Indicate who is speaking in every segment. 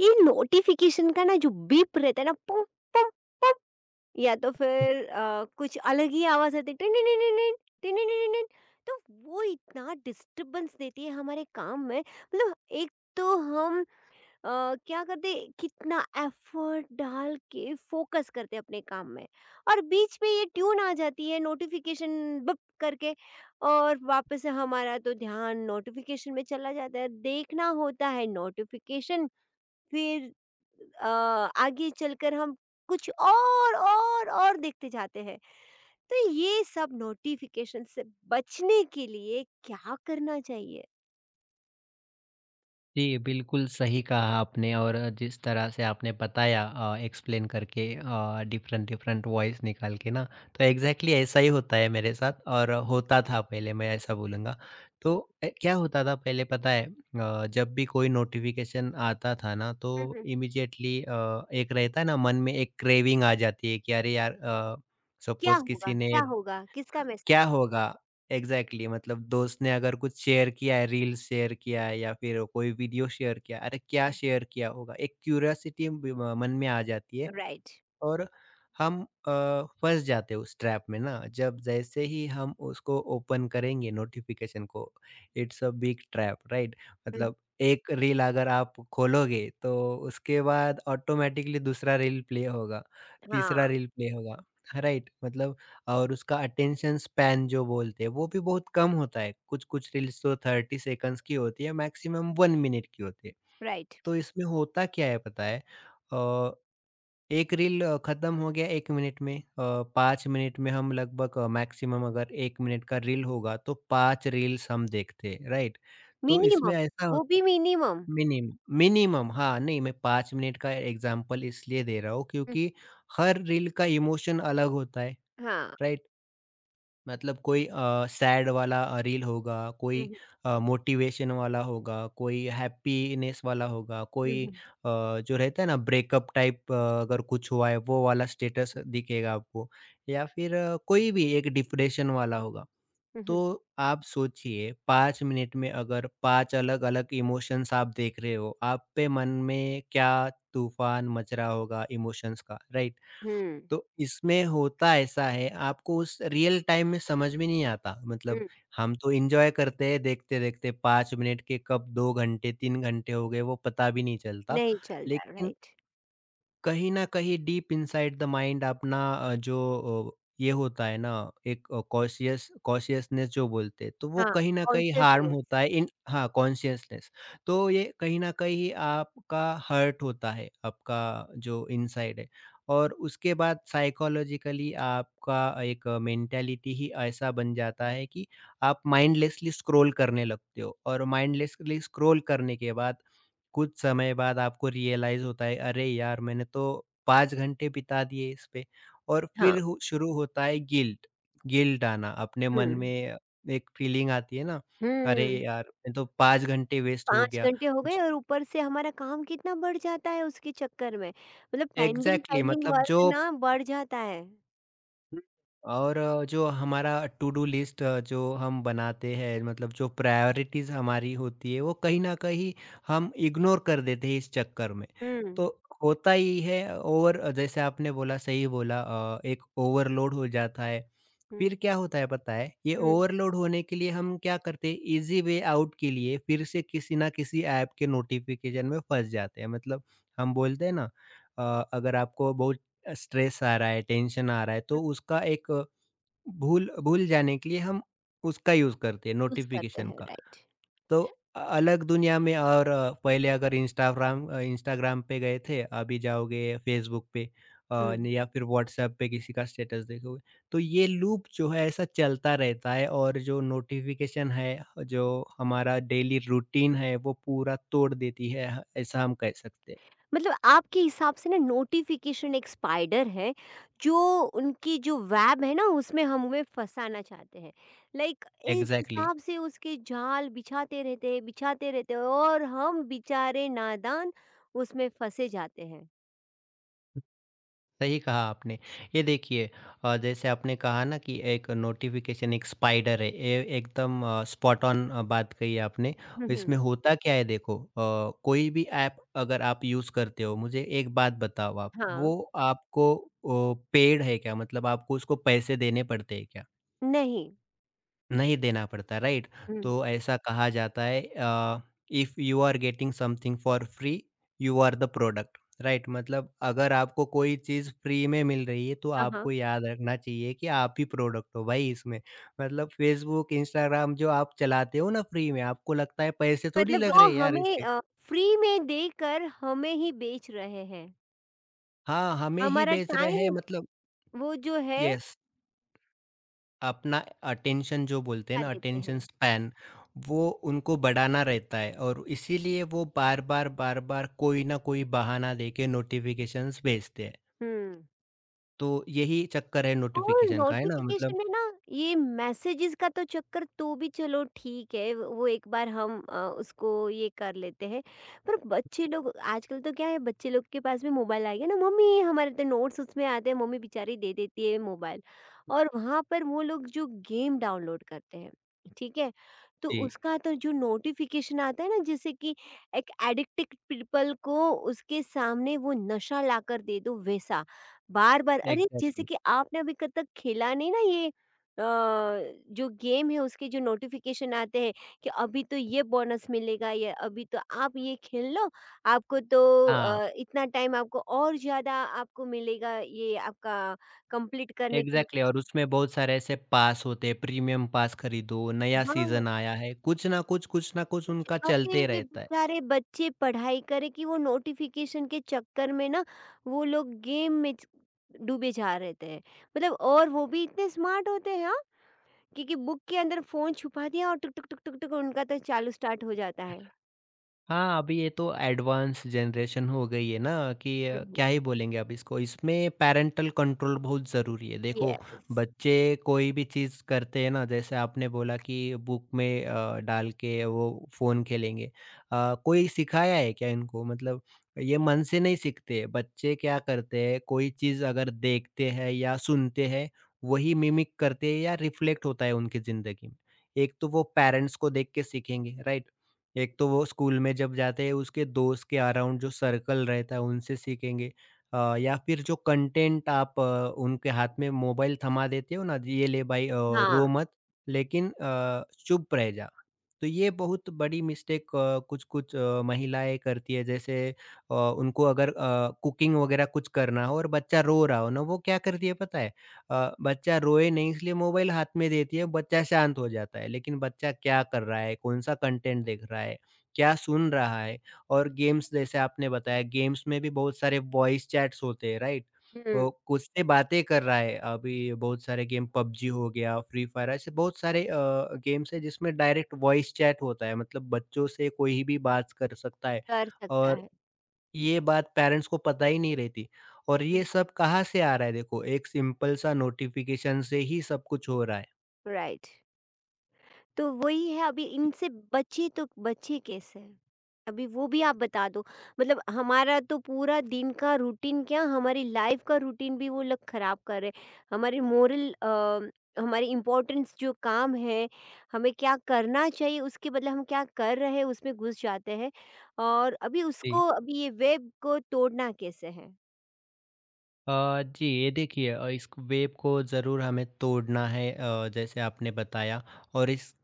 Speaker 1: ये नोटिफिकेशन का ना जो बीप रहता है ना पुम पुम पुम। या तो फिर कुछ अलग ही आवाज आती है टिन टिन टिन टिन टिन टिन टिन टिन। तो वो इतना डिस्टरबेंस देती है हमारे काम में, मतलब एक तो हम अ, क्या करते हैं, कितना एफर्ट डाल के फोकस करते हैं अपने काम में, और बीच में ये ट्यून आ जाती है नोटिफिकेशन बप करके, और वापस से हमारा तो ध्यान नोटिफिकेशन में चला जाता है, देखना होता है नोटिफिकेशन। फिर अ, आगे चलकर हम कुछ और देखते जाते हैं। तो ये सब नोटिफिकेशन से बचने के लिए क्या करना चाहिए?
Speaker 2: जी, बिल्कुल सही कहा आपने और जिस तरह से आपने बताया एक्सप्लेन करके डिफरेंट डिफरेंट वॉइस निकाल के ना, तो एग्ज़ैक्टली ऐसा ही होता है मेरे साथ और होता था पहले, मैं ऐसा बोलूँगा। तो ए, क्या होता था पहले पता है। जब भी कोई नोटिफ़िकेशन आता था ना, तो
Speaker 1: हम्म।
Speaker 2: इमीडिएटली एक रहता है ना मन में, एक क्रेविंग आ जाती है कि अरे यार, सपोज़ किसी ने
Speaker 1: क्या होगा किसका मैसेज?
Speaker 2: क्या होगा? एग्ज़ैक्टली मतलब दोस्त ने अगर कुछ शेयर किया है, रील्स शेयर किया है या फिर कोई वीडियो शेयर किया है, अरे! क्या
Speaker 1: हम्म।
Speaker 2: शेयर किया होगा? एक क्यूरियोसिटी ब मन में आ जाती है
Speaker 1: राइट।
Speaker 2: और हम अ, फँस जाते हैं उस ट्रैप में ना, जब जैसे ही हम उसको ओपन करेंगे नोटिफ़िकेशन को, it's a big trap right?
Speaker 1: हम्म।
Speaker 2: मतलब एक रील अगर आप खोलोगे, तो उसके बाद ऑटोमैटिकली दूसरा रील प्ले होगा, तीसरा
Speaker 1: हाँ।
Speaker 2: रील प्ले होगा, राइट? मतलब और उसका अटेंशन स्पैन जो बोलते हैं, वो भी बहुत कम होता है। कुछ-कुछ रील्स तो 30 सेकंड्स की होती है, मैक्सिमम 1 मिनट की होती है।
Speaker 1: राइट।
Speaker 2: तो इसमें होता क्या है पता है? अ एक रील खत्म हो गया 1 मिनट में। 5 मिनट में हम लगभग, अ, मैक्सिमम अगर 1 मिनट का रील होगा तो 5 रील्स हम देखते हैं, राइट? तो इसमें
Speaker 1: मिनिमम,
Speaker 2: ऐसा हो
Speaker 1: वो भी मिनिमम।
Speaker 2: मिनिमम मिनिमम हाँ, नहीं मैं 5 मिनट का एग्ज़ाम्पल इसलिए दे रहा हूँ
Speaker 1: हम्म।
Speaker 2: क्योंकि हर रील का इमोशन अलग होता है,
Speaker 1: हाँ।
Speaker 2: राइट? मतलब कोई सैड वाला रील होगा, कोई
Speaker 1: हम्म।
Speaker 2: मोटिवेशन वाला होगा, कोई हैप्पीनेस वाला होगा, कोई
Speaker 1: हम्म।
Speaker 2: अ, जो रहता है ना ब्रेकअप टाइप, अगर कुछ हुआ है वो वाला स्टेटस दिखेगा आपको या फिर कोई भी एक डिप्रेशन वाला होगा। तो
Speaker 1: हम्म।
Speaker 2: आप सोचिए 5 मिनट में अगर 5 अलग-अलग इमोशंस आप देख रहे हो, आप पे मन में क्या तूफान मच रहा होगा इमोशंस का, राइट?
Speaker 1: हम्म।
Speaker 2: तो इसमें होता ऐसा है, आपको उस रियल टाइम में समझ में नहीं आता। मतलब
Speaker 1: हम्म।
Speaker 2: हम तो एन्जॉय करते हैं देखते-देखते, 5 मिनट के कब 2 घंटे, 3 घंटे हो गए वो पता भी नहीं चलता।
Speaker 1: नहीं चलता,
Speaker 2: लेकिन
Speaker 1: राइट।
Speaker 2: कहीं न कहीं डीप इनसाइड द माइंड अपना, ये होता है ना, एक कॉशियसनेस जो बोलते हैं, तो वो
Speaker 1: हाँ।
Speaker 2: कहीं न कहीं हार्म
Speaker 1: कॉन्शियसनेस।
Speaker 2: होता है इन हाँ, कॉन्शियसनेस। तो ये कहीं न कहीं आपका हर्ट होता है, आपका जो इनसाइड है, और उसके बाद साइकोलॉजिकली आपका एक मेंटालिटी ही ऐसा बन जाता है कि आप माइंडलेसली स्क्रॉल करने लगते हो, और माइंडलेसली स्क्रॉल करने के बाद कुछ समय बाद आपको रियलाइज़ होता है, अरे यार! मैंने तो 5 घंटे बिता दिए इस पे। और
Speaker 1: हाँ।
Speaker 2: फिर हो शुरू होता है गिल्ट। गिल्ट आना अपने मन
Speaker 1: हम्म।
Speaker 2: में, एक फीलिंग आती है ना, अरे
Speaker 1: हम्म।
Speaker 2: यार! ये तो 5 घंटे वेस्ट हो
Speaker 1: 5
Speaker 2: गया।
Speaker 1: घंटे हो गए,
Speaker 2: ज
Speaker 1: और ऊपर से हमारा काम कितना बढ़ जाता है उसके चक्कर में, मतलब पेंडिंग
Speaker 2: एग्ज़ैक्टली
Speaker 1: पेंडिंग
Speaker 2: मतलब जो
Speaker 1: वर्क ना बढ़ जाता है।
Speaker 2: हुँ। और जो हमारा टू डू लिस्ट जो हम बनाते हैं, मतलब जो प्रायोरिटीज़ हमारी होती है वो कहीं न कहीं हम इग्नोर कर देते हैं इस चक्कर में।
Speaker 1: हुँ।
Speaker 2: तो होता ही है, ओवर जैसे आपने बोला सही बोला, एक ओवरलोड हो जाता है।
Speaker 1: हुँ।
Speaker 2: फिर क्या होता है पता है? ये
Speaker 1: हुँ।
Speaker 2: ओवरलोड होने के लिए हम क्या करते हैं, ईज़ी वे आउट के लिए फिर से किसी न किसी ऐप के नोटिफ़िकेशन में फँस जाते हैं। मतलब हम बोलते हैं ना, अ, अगर आपको बहुत स्ट्रेस आ रहा है, टेंशन आ रहा है, तो उसका एक भूल भूल जाने के लिए हम उसका यूज़ करते हैं
Speaker 1: यूज़ करते
Speaker 2: नोटिफ़िकेशन
Speaker 1: हैं,
Speaker 2: का।
Speaker 1: राइट।
Speaker 2: तो अलग दुनिया में, और अ, पहले अगर इंस्टाग्राम अ, इंस्टाग्राम पे गए थे, अभी जाओगे फेसबुक पे, अ,
Speaker 1: हुँ।
Speaker 2: या फिर व्हाट्सएप पे किसी का स्टेटस देखोगे, तो ये लूप जो है ऐसा चलता रहता है, और जो नोटिफ़िकेशन है, जो हमारा डेली रूटीन है, वो पूरा तोड़ देती है, ऐसा हम कह सकते हैं।
Speaker 1: मतलब आपके हिसाब से ना, नोटिफ़िकेशन एक स्पाइडर है, जो उनकी जो वेब है ना उसमें हमें फँसाना चाहते हैं। लाइक, इस
Speaker 2: एग्ज़ैक्टली।
Speaker 1: हिसाब से उसके जाल बिछाते रहते हैं और हम बेचारे नादान उसमें फँसे जाते हैं।
Speaker 2: सही कहा आपने। ये देखिए, जैसे आपने कहा ना कि एक नोटिफ़िकेशन एक स्पाइडर है, ये एकदम स्पॉट ऑन बात कही आपने।
Speaker 1: हुँ, हुँ।
Speaker 2: इसमें होता क्या है देखो, कोई भी ऐप अगर आप यूज़ करते हो, मुझे एक बात बताओ आप,
Speaker 1: हाँ,
Speaker 2: वो आपको अ, पेड है क्या? मतलब आपको उसको पैसे देने पड़ते हैं क्या?
Speaker 1: नहीं।
Speaker 2: नहीं देना पड़ता राइट। तो ऐसा कहा जाता है, if you are getting something for free, you are the product, right? मतलब अगर आपको कोई चीज फ्री में मिल रही है तो
Speaker 1: हाँ,
Speaker 2: आपको
Speaker 1: हाँ।
Speaker 2: याद रखना चाहिए कि आप ही प्रोडक्ट हो भाई इसमें। मतलब फेसबुक, इंस्टाग्राम जो आप चलाते हो ना फ्री में, आपको लगता है पैसे थोड़ी
Speaker 1: मतलब
Speaker 2: लग
Speaker 1: वो
Speaker 2: रहे हैं यार
Speaker 1: हमें
Speaker 2: इसके।
Speaker 1: फ्री में देकर हमें ही बेच रहे हैं।
Speaker 2: हाँ, हमें ही
Speaker 1: हमारा
Speaker 2: बेच रहे हैं,
Speaker 1: टाइम,
Speaker 2: मतलब।
Speaker 1: वो जो है,
Speaker 2: यस, अपना अटेंशन जो बोलते हैं
Speaker 1: खा
Speaker 2: ना,
Speaker 1: लेते हैं।
Speaker 2: अटेंशन स्पैन, वो उनको बढ़ाना रहता है, और इसीलिए वो बार बार बार बार कोई ना कोई बहाना देके नोटिफिकेशंस भेजते हैं।
Speaker 1: हुँ।
Speaker 2: तो यही चक्कर है
Speaker 1: और
Speaker 2: नोटिफिकेशन का, है ना?
Speaker 1: नोटिफिकेशन
Speaker 2: मतलब
Speaker 1: में ना, ये मैसेजेस का तो चक्कर तो भी चलो ठीक है, वो एक बार हम उसको ये कर लेते हैं। पर बच्चे लोग आजकल तो क्या है, बच्चे लोग के पास भी मोबाइल आ गया ना। मम्मी, हमारे तो नोट्स उसमें आते हैं, मम्मी बेचारी दे देती है मोबाइल, और वहाँ पर वो लोग जो गेम डाउनलोड करते हैं, ठीक है, तो
Speaker 2: जी।
Speaker 1: उसका तो जो नोटिफिकेशन आता है ना, जैसे कि एक एडिक्टेड पीपल को उसके सामने वो नशा लाकर दे दो वैसा, बार बार। अरे, जैसे
Speaker 2: एग्जैक्टली।
Speaker 1: कि आपने अभी कब तक खेला नहीं ना, ये अ, जो गेम है उसके जो नोटिफिकेशन आते हैं कि अभी तो ये बोनस मिलेगा, या अभी तो आप ये खेल लो, आपको तो
Speaker 2: हाँ
Speaker 1: इतना टाइम आपको और ज्यादा आपको मिलेगा ये आपका कंप्लीट करने के लिए।
Speaker 2: एग्जैक्टली, और उसमें बहुत सारे ऐसे पास होते हैं, प्रीमियम पास खरीदो, नया
Speaker 1: हाँ।
Speaker 2: सीजन आया है, कुछ ना कुछ
Speaker 1: कुछ,
Speaker 2: उनका
Speaker 1: अरे
Speaker 2: चलते रहता
Speaker 1: बेचारे बच्चे पढ़ाई करे कि वो नोटिफिकेशन के चक्कर में ना, वो लोग गेम में डूबे जा रहे थे, मतलब। और वो भी इतने स्मार्ट होते हैं, हाँ। क्योंकि बुक के अंदर फ़ोन छुपा दिया, और टुक, टुक, टुक, टुक, टुक उनका तो चालू स्टार्ट हो
Speaker 2: है।
Speaker 1: जाता है।
Speaker 2: हाँ, अभी ये तो एडवांस जनरेशन हो गई है ना, कि
Speaker 1: हुँ, हुँ।
Speaker 2: क्या ही बोलेंगे अब इसको। इसमें पैरेंटल कंट्रोल बहुत ज़रूरी है। देखो,
Speaker 1: यस।
Speaker 2: बच्चे कोई भी चीज़ करते हैं ना, जैसे आपने बोला कि बुक में डाल के वो फ़ोन खेलेंगे। कोई सिखाया है क्या इनको? मतलब ये मन से नहीं सीखते। बच्चे क्या करते हैं, कोई चीज़ अगर देखते हैं या सुनते हैं, वही मिमिक करते हैं या रिफ्लेक्ट होता है उनकी ज़िंदगी में। एक तो वो पेरेंट्स को देख के सीखेंगे, राइट? एक तो वो स्कूल में जब जाते हैं उसके दोस्त के अराउंड जो सर्कल रहता है उनसे सीखेंगे। या फिर जो कंटेंट आप उनके हाथ में मोबाइल थमा देते हो ना, ये ले भाई,
Speaker 1: हाँ,
Speaker 2: रो मत, लेकिन चुप रह जा। तो ये बहुत बड़ी मिस्टेक, अ, कुछ कुछ अ, महिलाएं करती है, जैसे उनको अगर कुकिंग वगैरह कुछ करना हो और बच्चा रो रहा हो ना, वो क्या करती है पता है? बच्चा रोए नहीं इसलिए मोबाइल हाथ में देती है, बच्चा शांत हो जाता है। लेकिन बच्चा क्या कर रहा है, कौन-सा कंटेंट देख रहा है, क्या सुन रहा है, और गेम्स, जैसे आपने बताया गेम्स में भी बहुत सारे वॉइस चैट्स होते हैं, राइट?
Speaker 1: हुँ।
Speaker 2: वो खुद से बातें कर रहा है। अभी बहुत सारे गेम, पबजी हो गया, फ्री फायर, ऐसे बहुत सारे गेम्स हैं जिसमें डायरेक्ट वॉइस चैट होता है, मतलब बच्चों से कोई भी बात कर सकता है।
Speaker 1: कर सकता
Speaker 2: और
Speaker 1: है।
Speaker 2: ये बात पेरेंट्स को पता ही नहीं रहती। और
Speaker 1: हुँ,
Speaker 2: ये सब कहाँ से आ रहा है देखो, एक सिंपल सा नोटिफ़िकेशन से ही सब कुछ हो रहा है।
Speaker 1: राइट। तो वही है, अभी इनसे बचे तो बचे कैसे? अभी वो भी आप बता दो। मतलब हमारा तो पूरा दिन का रूटीन, क्या हमारी लाइफ़ का रूटीन भी वो लोग ख़राब कर रहे हैं। हमारी मोरल, हमारी इम्पोर्टेंस जो काम है, हमें क्या करना चाहिए उसके बदले हम क्या कर रहे हैं उसमें घुस जाते हैं। और अभी
Speaker 2: जी।
Speaker 1: उसको, अभी ये वेब को तोड़ना कैसे है?
Speaker 2: जी ये देखिए, इस वेब को ज़रूर हमें तोड़ना है, जैसे आपने बताया। और इस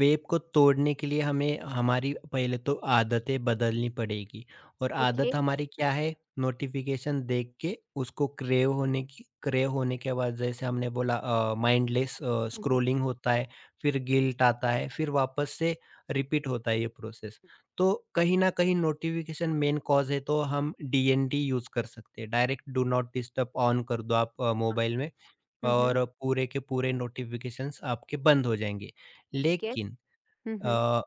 Speaker 2: वेब को तोड़ने के लिए हमें हमारी पहले तो आदतें बदलनी पड़ेगी। और
Speaker 1: ओके।
Speaker 2: आदत हमारी क्या है, नोटिफिकेशन देख के उसको क्रेव होने के बाद जैसे हमने बोला, माइंडलेस
Speaker 1: हुँ, हुँ,
Speaker 2: स्क्रोलिंग होता है, फिर गिल्ट आता है, फिर वापस से रिपीट होता है ये प्रोसेस। तो कहीं न कहीं नोटिफ़िकेशन मेन कॉज़ है, तो हम डीएनडी यूज़ कर सकते हैं। Direct do not disturb on कर दो आप मोबाइल में,
Speaker 1: हुँ, हुँ,
Speaker 2: और पूरे के पूरे नोटिफ़िकेशंस आपके बंद हो जाएँगे।
Speaker 1: ठीक है।
Speaker 2: लेकिन
Speaker 1: हुँ, हुँ,
Speaker 2: अ,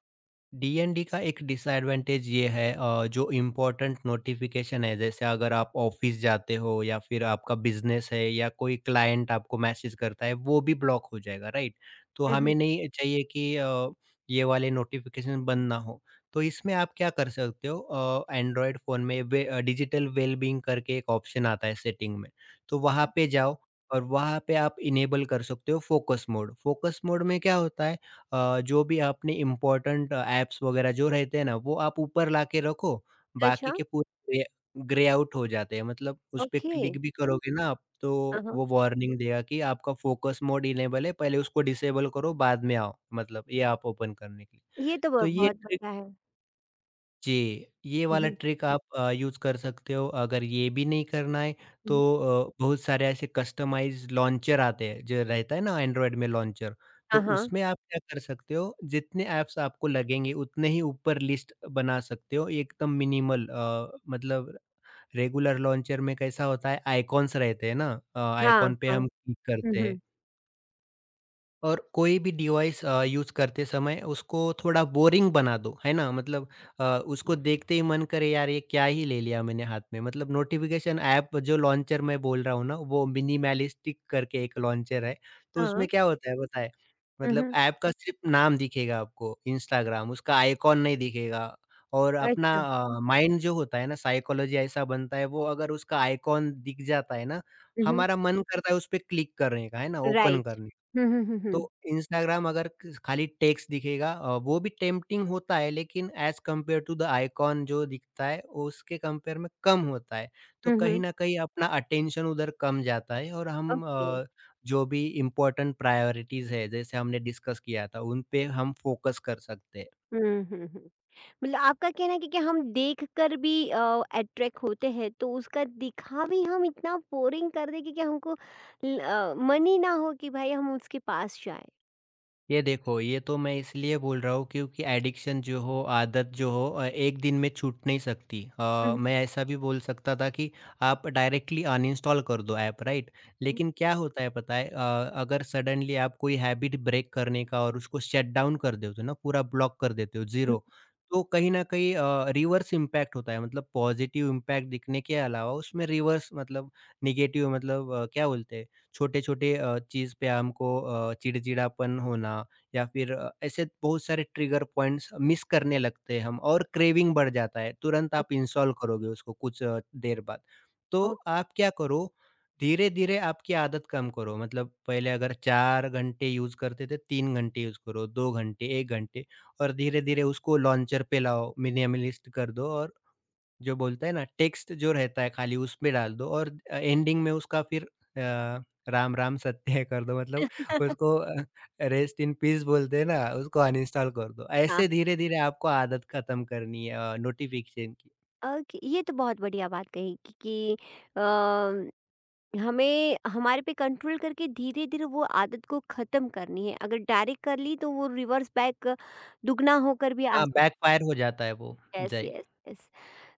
Speaker 2: डीएनडी का एक डिसएडवांटेज ये है, जो इम्पोर्टेंट नोटिफिकेशन है, जैसे अगर आप ऑफिस जाते हो या फिर आपका बिजनेस है या कोई क्लाइंट आपको मैसेज करता है, वो भी ब्लॉक हो जाएगा, राइट? तो
Speaker 1: हुँ, हुँ।
Speaker 2: हमें नहीं चाहिए कि ये वाले नोटिफिकेशन बंद ना हो। तो इसमें आप क्या कर सकते हो, एंड्रॉयड फ़ोन में डिजिटल वेलबींग करके एक ऑप्शन आता है सेटिंग में, तो वहाँ पे जाओ, और वहाँ पे आप इनेबल कर सकते हो फोकस मोड। फोकस मोड में क्या होता है, जो भी आपने इम्पोर्टेंट ऐप्स वगैरह जो रहते हैं ना, वो आप ऊपर लाके रखो, बाकी
Speaker 1: अच्छा,
Speaker 2: के पूरे ग्रे ग्रे आउट हो जाते हैं। मतलब उस पे
Speaker 1: ओके।
Speaker 2: क्लिक भी करोगे ना आप,
Speaker 1: हाँ,
Speaker 2: तो
Speaker 1: हाँ।
Speaker 2: वो वार्निंग देगा कि आपका फोकस मोड इनेबल है, पहले उसको डिसेबल करो, बाद में आओ। मतलब ये ऐप ओपन करने के लिए।
Speaker 1: ये तो ब
Speaker 2: तो ये
Speaker 1: बहुत
Speaker 2: ट्रिक,
Speaker 1: बड़ा है।
Speaker 2: जी, ये
Speaker 1: हुँ,
Speaker 2: वाला
Speaker 1: हुँ,
Speaker 2: ट्रिक आप यूज़ कर सकते हो। अगर ये भी नहीं करना है, तो
Speaker 1: हुँ,
Speaker 2: बहुत सारे ऐसे कस्टमाइज़्ड लॉन्चर आते हैं, जो रहता है ना एंड्रॉयड में लॉन्चर, तो
Speaker 1: हाँ, हाँ।
Speaker 2: उसमें आप क्या कर सकते हो, जितने ऐप्स आपको लगेंगे उतने ही ऊपर लिस्ट बना सकते हो एकदम मिनिमल, मतलब रेगुलर लॉन्चर में कैसा होता है, आइकॉन्स रहते हैं ना,
Speaker 1: हाँ,
Speaker 2: आइकॉन पे
Speaker 1: हाँ।
Speaker 2: हम क्लिक
Speaker 1: हुँ,
Speaker 2: करते हैं।
Speaker 1: हुँ।
Speaker 2: और कोई भी डिवाइस यूज़ करते समय उसको थोड़ा बोरिंग बना दो, है ना? मतलब उसको देखते ही मन करे यार ये क्या ही ले लिया मैंने हाथ में। मतलब नोटिफ़िकेशन ऐप, जो लॉन्चर मैं बोल रहा हूँ ना वो मिनिमलिस्टिक करके एक लॉन्चर है। तो
Speaker 1: हाँ।
Speaker 2: उसमें क्या हाँ। होता है पता है?
Speaker 1: हुँ,
Speaker 2: मतलब
Speaker 1: हुँ।
Speaker 2: ऐप का सिर्फ़ नाम दिखेगा आपको इंस्टाग्राम, उसका आइकॉन नहीं दिखेगा। और अपना
Speaker 1: अच्छा।
Speaker 2: माइंड जो होता है ना साइकोलॉजी ऐसा बनता है वो अगर उसका आइकॉन दिख जाता है ना,
Speaker 1: हुँ, हुँ।
Speaker 2: हमारा मन करता है उस पे क्लिक करने का, है ना? Open
Speaker 1: right.
Speaker 2: करने का।
Speaker 1: हुँ, हुँ, हुँ,
Speaker 2: तो
Speaker 1: हुँ।
Speaker 2: इंस्टाग्राम अगर क खाली टेक्स्ट दिखेगा वो भी टेम्प्टिंग होता है लेकिन as compare to the icon जो दिखता है, उसके कंपेयर में कम होता है। तो
Speaker 1: हुँ,
Speaker 2: कहीं
Speaker 1: हुँ।
Speaker 2: न कहीं अपना अटेंशन उधर कम जाता है और हम
Speaker 1: ओके।
Speaker 2: अ, जो भी इम्पोर्टेंट प्रायोरिटीज़ है, जैसे हमने डिस्कस किया था, उन पे हम फ़ोकस कर सकते हैं।
Speaker 1: हुँ, हुँ, हुँ। मतलब आपका कहना है कि हम देखकर भी अट्रैक्ट होते हैं, तो उसका दिखा भी हम इतना बोरिंग कर दें कि हमको मन ही ना हो कि भाई हम उसके पास जाएँ।
Speaker 2: ये देखो, ये तो मैं इसलिए बोल रहा हूँ क्योंकि एडिक्शन जो हो, आदत जो हो एक दिन में छूट नहीं सकती।
Speaker 1: हुँ, हुँ,
Speaker 2: मैं ऐसा भी बोल सकता था कि आप डायरेक्टली अनइंस्टॉल कर दो ऐप, राइट?
Speaker 1: हुँ,
Speaker 2: लेकिन क्या होता है पता है अगर सडनली आप कोई हैबिट ब्रेक करने का और उसको शट डाउन कर देते हो ना, पूरा ब्लॉक कर देते हो,
Speaker 1: हुँ।
Speaker 2: ज़ीरो, तो कहीं न कहीं रिवर्स इम्पैक्ट होता है। मतलब पॉज़िटिव इम्पैक्ट दिखने के अलावा उसमें रिवर्स मतलब नेगेटिव मतलब क्या बोलते हैं, छोटे-छोटे चीज़ पे हमको चिड़चिड़ापन होना या फिर ऐसे बहुत सारे ट्रिगर पॉइंट्स मिस करने लगते हैं हम और क्रेविंग बढ़ जाता है। तुरंत
Speaker 1: अ,
Speaker 2: आप इंस्टॉल करोगे उसको कुछ देर बाद। तो
Speaker 1: ओके।
Speaker 2: आप क्या करो, धीरे-धीरे आपकी आदत कम करो मतलब पहले अगर 4 घंटे यूज़ करते थे, 3 घंटे यूज़ करो, 2 घंटे, 1 घंटे और धीरे-धीरे उसको लॉन्चर पे लाओ, मिनिमलिस्ट कर दो और जो बोलते हैं ना टेक्स्ट जो रहता है खाली उसमें डाल दो और एंडिंग में उसका फिर अ, राम राम सत्य है कर दो मतलब उसको रेस्ट इन पीस बोलते हैं ना, उसको अनइंस्टॉल कर दो।
Speaker 1: हाँ,
Speaker 2: ऐसे धीरे-धीरे आपको आदत खत्म करनी है नोटिफ़िकेशन की।
Speaker 1: ओके। ये तो बहुत बढ़िया बात कही कि अ हमें हमारे पे कंट्रोल करके धीरे धीरे वो आदत को खत्म करनी है, अगर डायरेक्ट कर ली तो वो रिवर्स बैक दुगना होकर भी आ
Speaker 2: हाँ,
Speaker 1: सकता
Speaker 2: बैकफ़ायर हो जाता है वो।
Speaker 1: है। यस,
Speaker 2: जी।
Speaker 1: Yes, yes.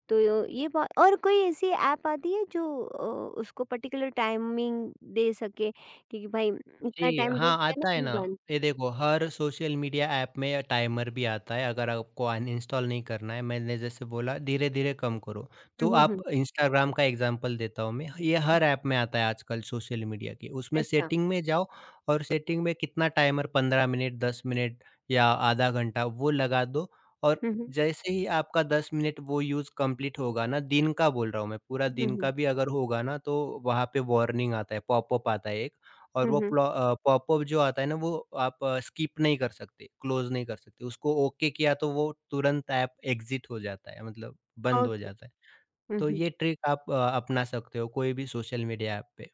Speaker 1: तो और कोई ऐसी ऐप आती है जो उसको पर्टिकुलर टाइमिंग दे सके? क्योंकि भाई इतना
Speaker 2: जी,
Speaker 1: टाइम देख
Speaker 2: हाँ,
Speaker 1: के ना,
Speaker 2: आता है
Speaker 1: अभी
Speaker 2: ना।
Speaker 1: बंद।
Speaker 2: ये देखो हर सोशल मीडिया ऐप में टाइमर भी आता है, अगर आपको अनइंस्टॉल नहीं करना है, मैंने जैसे बोला धीरे-धीरे कम करो। तो
Speaker 1: हम्म, हम्म,
Speaker 2: आप
Speaker 1: हम्म,
Speaker 2: इंस्टाग्राम का एग्ज़ाम्पल देता हूँ मैं, ये हर ऐप में आता है आजकल सोशल मीडिया के। उसमें
Speaker 1: अच्छा।
Speaker 2: सेटिंग में जाओ और सेटिंग में कितना टाइमर 15 मिनट, 10 मिनट या आधा घंटा वो लगा दो। और
Speaker 1: हम्म,
Speaker 2: जैसे ही आपका 10 मिनट वो यूज़ कंप्लीट होगा ना, दिन का बोल रहा हूँ मैं, पूरा
Speaker 1: हम्म,
Speaker 2: दिन
Speaker 1: हम्म,
Speaker 2: का भी अगर होगा ना, तो वहाँ पे वार्निंग आता है, पॉपअप आता है एक। और वो
Speaker 1: हम्म,
Speaker 2: पॉपअप जो आता है ना वो आप स्किप नहीं कर सकते, क्लोज़ नहीं कर सकते। उसको ओके किया तो वो तुरंत ऐप एग्ज़िट हो जाता है मतलब बंद हो
Speaker 1: ओके।
Speaker 2: जाता है।
Speaker 1: हम्म,
Speaker 2: तो ये ट्रिक आप अपना सकते हो कोई भी सोशल मीडिया ऐप पे।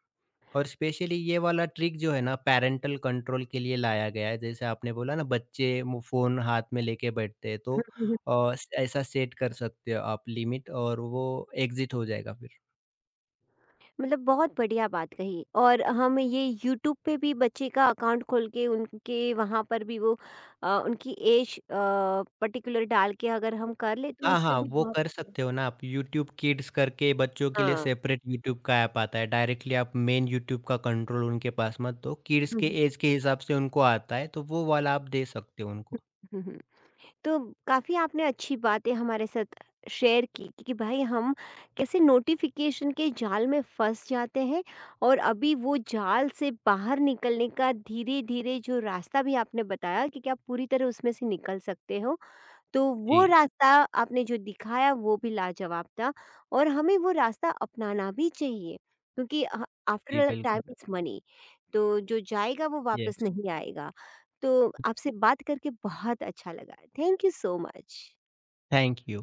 Speaker 2: और स्पेशली ये वाला ट्रिक जो है ना पैरेंटल कंट्रोल के लिए लाया गया है। जैसे आपने बोला ना बच्चे मु फ़ोन हाथ में लेके बैठते हैं तो
Speaker 1: हम्म।
Speaker 2: ऐसा सेट कर सकते हो आप लिमिट और वो एग्ज़िट हो जाएगा।
Speaker 1: मतलब बहुत बढ़िया बात कही। और हम ये यूट्यूब पे भी बच्चे का अकाउंट खोल के उनके वहाँ पर भी वो उनकी एज पर्टिकुलर डाल के अगर हम कर ले, तो
Speaker 2: हाँ,
Speaker 1: उसमें
Speaker 2: हाँ,
Speaker 1: भी
Speaker 2: वो
Speaker 1: बहुत।
Speaker 2: कर सकते हो ना आप, यूट्यूब किड्स करके बच्चों के लिए
Speaker 1: हाँ।
Speaker 2: सेपरेट यूट्यूब का ऐप आता है। डायरेक्टली आप मेन यूट्यूब का कंट्रोल उनके पास मत दो, किड्स के
Speaker 1: हम्म,
Speaker 2: ऐज के हिसाब से उनको आता है, तो वो वाला आप दे सकते हो उनको।
Speaker 1: हम्म। तो काफी आपने अच्छी बातें हमारे साथ शेयर की कि भाई हम कैसे नोटिफिकेशन के जाल में फंस जाते हैं, और अभी वो जाल से बाहर निकलने का धीरे धीरे जो रास्ता भी आपने बताया कि क्या पूरी तरह उसमें से निकल सकते हो, तो वो
Speaker 2: जी,
Speaker 1: रास्ता आपने जो दिखाया वो भी लाजवाब था, और हमें वो रास्ता अपनाना भी चाहिए, क्योंकि
Speaker 2: जी,
Speaker 1: आफ्टर, टाइम
Speaker 2: बिल्कुल।
Speaker 1: इज़ मनी, तो जो जाएगा वो वापस
Speaker 2: येस,
Speaker 1: नहीं आएगा। तो आपसे बात करके बहुत अच्छा लगा। Thank you so much.
Speaker 2: Thank you.